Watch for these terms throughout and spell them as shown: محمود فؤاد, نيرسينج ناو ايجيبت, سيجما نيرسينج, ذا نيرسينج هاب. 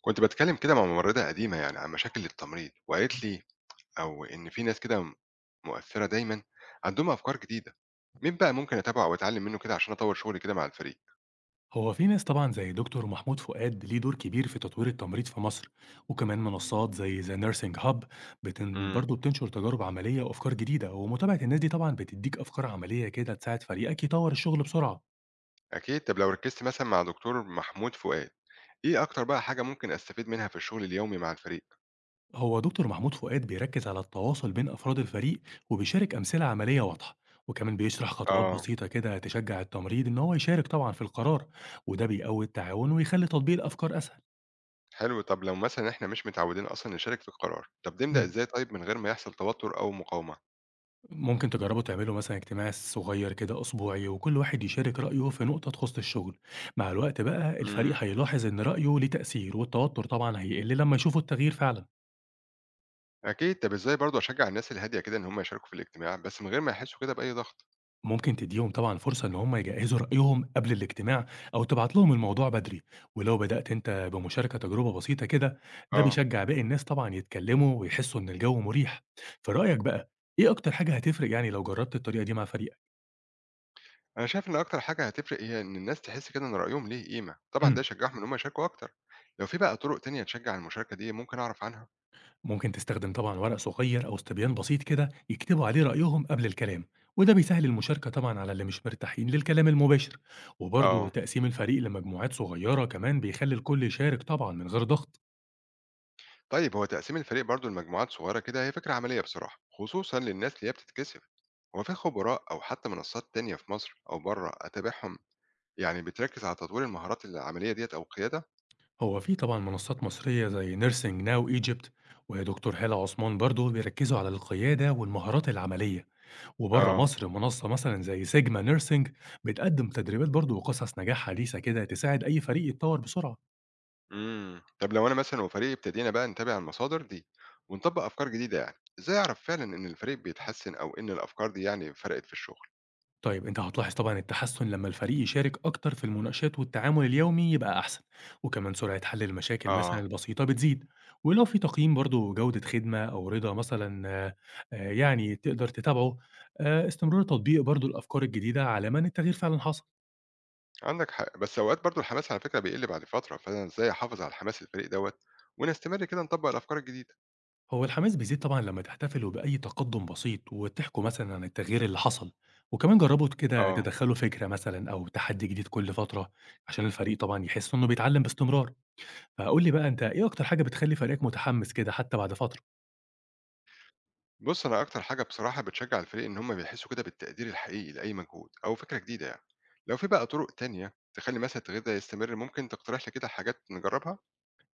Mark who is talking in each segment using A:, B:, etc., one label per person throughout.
A: كنت باتكلم كده مع ممرضة قديمة يعني عن مشاكل التمريض وقالت لي أو إن في ناس كده مؤثرة دايما عندهم أفكار جديدة. مين بقى ممكن أتابعه وأتعلم منه كده عشان أطور شغلي كده مع الفريق؟
B: هو في ناس طبعا زي دكتور محمود فؤاد ليه دور كبير في تطوير التمريض في مصر. وكمان منصات زي ذا نيرسينج هاب بتن
A: امم
B: برضه بتنشر تجارب عملية وأفكار جديدة. ومتابعة الناس دي طبعا بتديك أفكار عملية كده تساعد فريقك يطور الشغل بسرعة.
A: أكيد. طب لو ركزت مثلا مع دكتور محمود فؤاد، إيه أكتر بقى حاجة ممكن أستفيد منها في الشغل اليومي مع الفريق؟
B: هو دكتور محمود فؤاد بيركز على التواصل بين أفراد الفريق، وبيشارك أمثلة عملية واضحة، وكمان بيشرح خطوات
A: آه،
B: بسيطة كده تشجع التمريض إن هو يشارك طبعا في القرار. وده بيقوي التعاون ويخلي تطبيق الأفكار أسهل.
A: حلو. طب لو مثلا إحنا مش متعودين أصلا نشارك في القرار، طب نبدأ إزاي طيب من غير ما يحصل توتر أو مقاومة؟
B: ممكن تجربوا تعملوا مثلا اجتماع صغير كده أسبوعي، وكل واحد يشارك رأيه في نقطة تخص الشغل. مع الوقت بقى الفريق
A: امم
B: هيلاحظ إن رأيه ليه تأثير، والتوتر طبعا هيقل لما يشوفوا التغيير فعلا.
A: أكيد. طب إزاي برضه أشجع الناس الهادية كده إن هم يشاركوا في الاجتماع بس من غير ما يحسوا كده بأي ضغط؟
B: ممكن تديهم طبعا فرصة إن هم يجهزوا رأيهم قبل الاجتماع، أو تبعت لهم الموضوع بدري. ولو بدأت أنت بمشاركة تجربة بسيطة كده، ده
A: آه،
B: بيشجع باقي الناس طبعا يتكلموا ويحسوا إن الجو مريح. في رأيك بقى، إيه أكتر حاجة هتفرق يعني لو جربت الطريقة دي مع فريقك؟
A: أنا شايف إن أكتر حاجة هتفرق هي إن الناس تحس كده إن رأيهم ليه قيمة، طبعًا ده يشجعهم إن هم يشاركوا أكتر، لو في بقى طرق تانية تشجع المشاركة دي ممكن أعرف عنها؟
B: ممكن تستخدم طبعا ورق صغير أو استبيان بسيط كده يكتبوا عليه رأيهم قبل الكلام، وده بيسهل المشاركة طبعا على اللي مش مرتاحين للكلام المباشر. وبرضه
A: آه،
B: تقسيم الفريق لمجموعات صغيرة كمان بيخلي الكل يشارك طبعا من غير ضغط.
A: طيب هو تقسيم الفريق برضه لمجموعات صغيرة كده هي فكرة عملية بصراحة، خصوصًا للناس اللي هي بتتكسف، هو في خبراء أو حتى منصات تانية في مصر أو بره أتابعهم يعني بتركز على تطوير المهارات العملية ديّة أو القيادة؟
B: هو في طبعا منصات مصرية زي نيرسينج ناو ايجيبت ودكتور هالة عثمان برضه بيركزوا على القيادة والمهارات العملية. وبره
A: آه،
B: مصر منصة مثلا زي سيجما نيرسينج بتقدم تدريبات برضه وقصص نجاح حديثة كده تساعد أي فريق يتطور بسرعة.
A: إمم، طب لو أنا مثلًا وفريقي ابتدينا بقى نتابع المصادر دي ونطبق أفكار جديدة يعني، إزاي أعرف فعلًا إن الفريق بيتحسن أو إن الأفكار دي يعني فرقت في الشغل؟
B: طيب انت هتلاحظ طبعا التحسن لما الفريق يشارك اكتر في المناقشات، والتعامل اليومي يبقى احسن، وكمان سرعة حل المشاكل مثلا
A: آه،
B: البسيطة بتزيد. ولو في تقييم برضو جودة خدمة او رضا مثلا آه، آه، يعني تقدر تتابعه. آه، استمرار تطبيق برضو الافكار الجديدة على من التغيير فعلا حصل.
A: عندك حق، بس أوقات برضه الحماس على فكرة بيقل بعد فترة، فأنا إزاي أحافظ على حماس الفريق دوّة ونستمر كده نطبّق الأفكار الجديدة؟
B: هو الحماس بيزيد طبعا لما تحتفلوا بأي تقدم بسيط وتحكوا مثلا عن التغيير اللي حصل. وكمان جربوا كده
A: آه،
B: تدخلوا فكرة مثلا أو تحدي جديد كل فترة، عشان الفريق طبعا يحس إنه بيتعلم باستمرار. فقُل لي بقى أنت، إيه أكتر حاجة بتخلّي فريقك متحمّس كده حتى بعد فترة؟
A: بُص أنا أكتر حاجة بصراحة بتشجّع الفريق إن هم بيحسّوا كده بالتقدير الحقيقي لأي مجهود أو فكرة جديدة يعني، لو في بقى طرق تانية تخلّي مثلًا التغيير ده يستمر، ممكن تقترح لي كده حاجات نجرّبها؟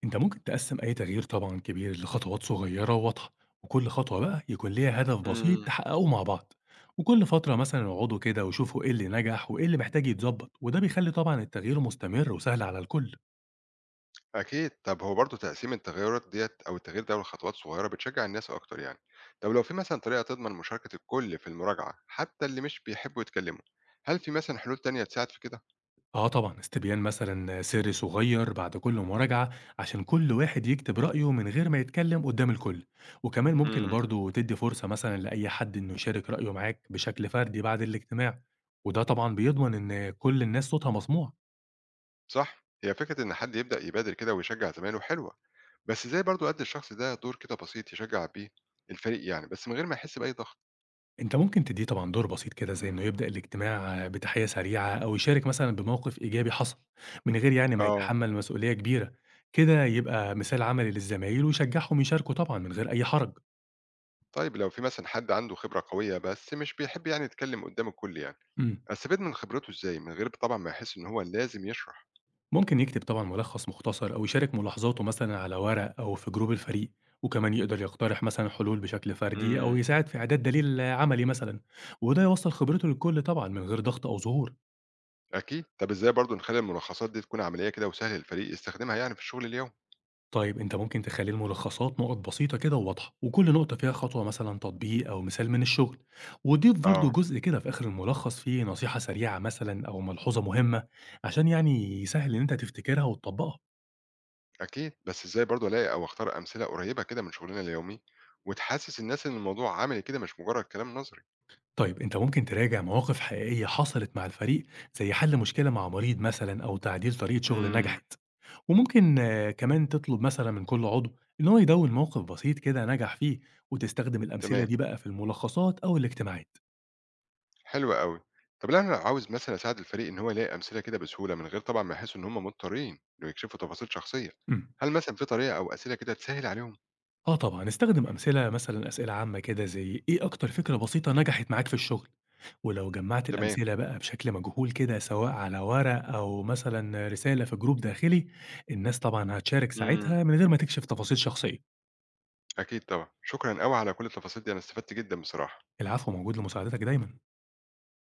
B: أنت ممكن تقسّم أي تغيير طبعًا كبير لخطوات صغيّرة وواضحة، وكل خطوة بقى يكون ليها هدف بسيط
A: إمم.
B: تحققه مع بعض. وكل فترة مثلًا اقعدوا كده وشوفوا إيه اللي نجح وإيه اللي محتاج يتضبّط، وده بيخلّي طبعًا التغيير مستمر وسهل على الكل.
A: أكيد، طَب هو برضه تقسيم التغيرات ديّة أو التغيير ده لخطوات صغيرة بتشجّع الناس أكتر يعني، طَب لو في مثلًا طريقة تضمن مشاركة الكل في المراجعة، حتى اللي مش بيحبّوا يتكلموا، هل في مثلًا حلول تانية تساعد في كده؟
B: آه طبعًا، استبيان مثلًا سري صغير بعد كل مراجعة عشان كل واحد يكتب رأيه من غير ما يتكلم قدام الكل. وكمان ممكن
A: إمم،
B: برضه تدي فرصة مثلًا لأي حد إنه يشارك رأيه معاك بشكل فردي بعد الاجتماع، وده طبعًا بيضمن إن كل الناس صوتها مسموع.
A: صح، هي فكرة إن حد يبدأ يبادر كده ويشجّع زمايله حلوة، بس إزاي برضه أدّي الشخص ده دور كده بسيط يشجّع بيه الفريق يعني، بس من غير ما يحس بأي ضغط؟
B: أنت ممكن تديه طبعًا دور بسيط كده، زي إنه يبدأ الاجتماع بتحية سريعة أو يشارك مثلًا بموقف إيجابي حصل، من غير يعني ما
A: آه.
B: يتحمل مسؤولية كبيرة. كده يبقى مثال عملي للزمايل ويشجعهم يشاركوا طبعًا من غير أي حرج.
A: طيب لو في مثلًا حد عنده خبرة قوية بس مش بيحب يعني يتكلم قدّام الكل يعني،
B: إمم.
A: أستفيد من خبرته إزاي من غير طبعًا ما يحس إن هو لازم يشرح؟
B: ممكن يكتب طبعا ملخص مختصر أو يشارك ملاحظاته مثلا على ورق أو في جروب الفريق. وكمان يقدر يقترح مثلا حلول بشكل فردي
A: إمم.
B: أو يساعد في إعداد دليل عملي مثلا، وده يوصل خبرته للكل طبعا من غير ضغط أو ظهور.
A: أكيد، طب إزاي برضه نخلّي الملخصات دي تكون عملية كده وسهل للفريق يستخدمها يعني في الشغل اليومي؟
B: طيب أنت ممكن تخلي الملخصات نقط بسيطة كده وواضحة، وكل نقطة فيها خطوة مثلا تطبيق أو مثال من الشغل. وضيف
A: آه.
B: برضه جزء كده في آخر الملخص فيه نصيحة سريعة مثلا أو ملحوظة مهمة، عشان يعني يسهل إن أنت تفتكرها وتطبقها.
A: أكيد، بس إزاي برضه ألاقي أو أختار أمثلة قريبة كده من شغلنا اليومي وتحسّس الناس إن الموضوع عملي كده مش مجرّد كلام نظري؟
B: طيب أنت ممكن تراجع مواقف حقيقية حصلت مع الفريق، زي حل مشكلة مع مريض مثلا أو تعديل طريقة شغل
A: إمم،
B: نجحت. وممكن كمان تطلب مثلا من كل عضو إن هو يدون موقف بسيط كده نجح فيه، وتستخدم الأمثلة
A: تمام،
B: دي بقى في الملخصات أو الاجتماعات.
A: حلو أوي. طب لو أنا لو عاوز مثلًا أساعد الفريق إن هو يلاقي أمثلة كده بسهولة من غير طبعًا ما يحسّوا إن هم مضطرين إنه يكشفوا تفاصيل شخصية،
B: مم.
A: هل مثلًا في طريقة أو أسئلة كده تسهّل عليهم؟
B: آه طبعا استخدم أمثلة مثلا أسئلة عامة كده، زي إيه أكتر فكرة بسيطة نجحت معاك في الشغل. ولو جمعت
A: تمام،
B: الأمثلة بقى بشكل مجهول كده، سواء على ورق أو مثلا رسالة في جروب داخلي، الناس طبعا هتشارك
A: إمم،
B: ساعتها من غير ما تكشف تفاصيل شخصية.
A: أكيد طبعًا، شكرًا أوي على كل التفاصيل دي، أنا استفدت جدًا بصراحة.
B: العفو، موجود لمساعدتك دايمًا.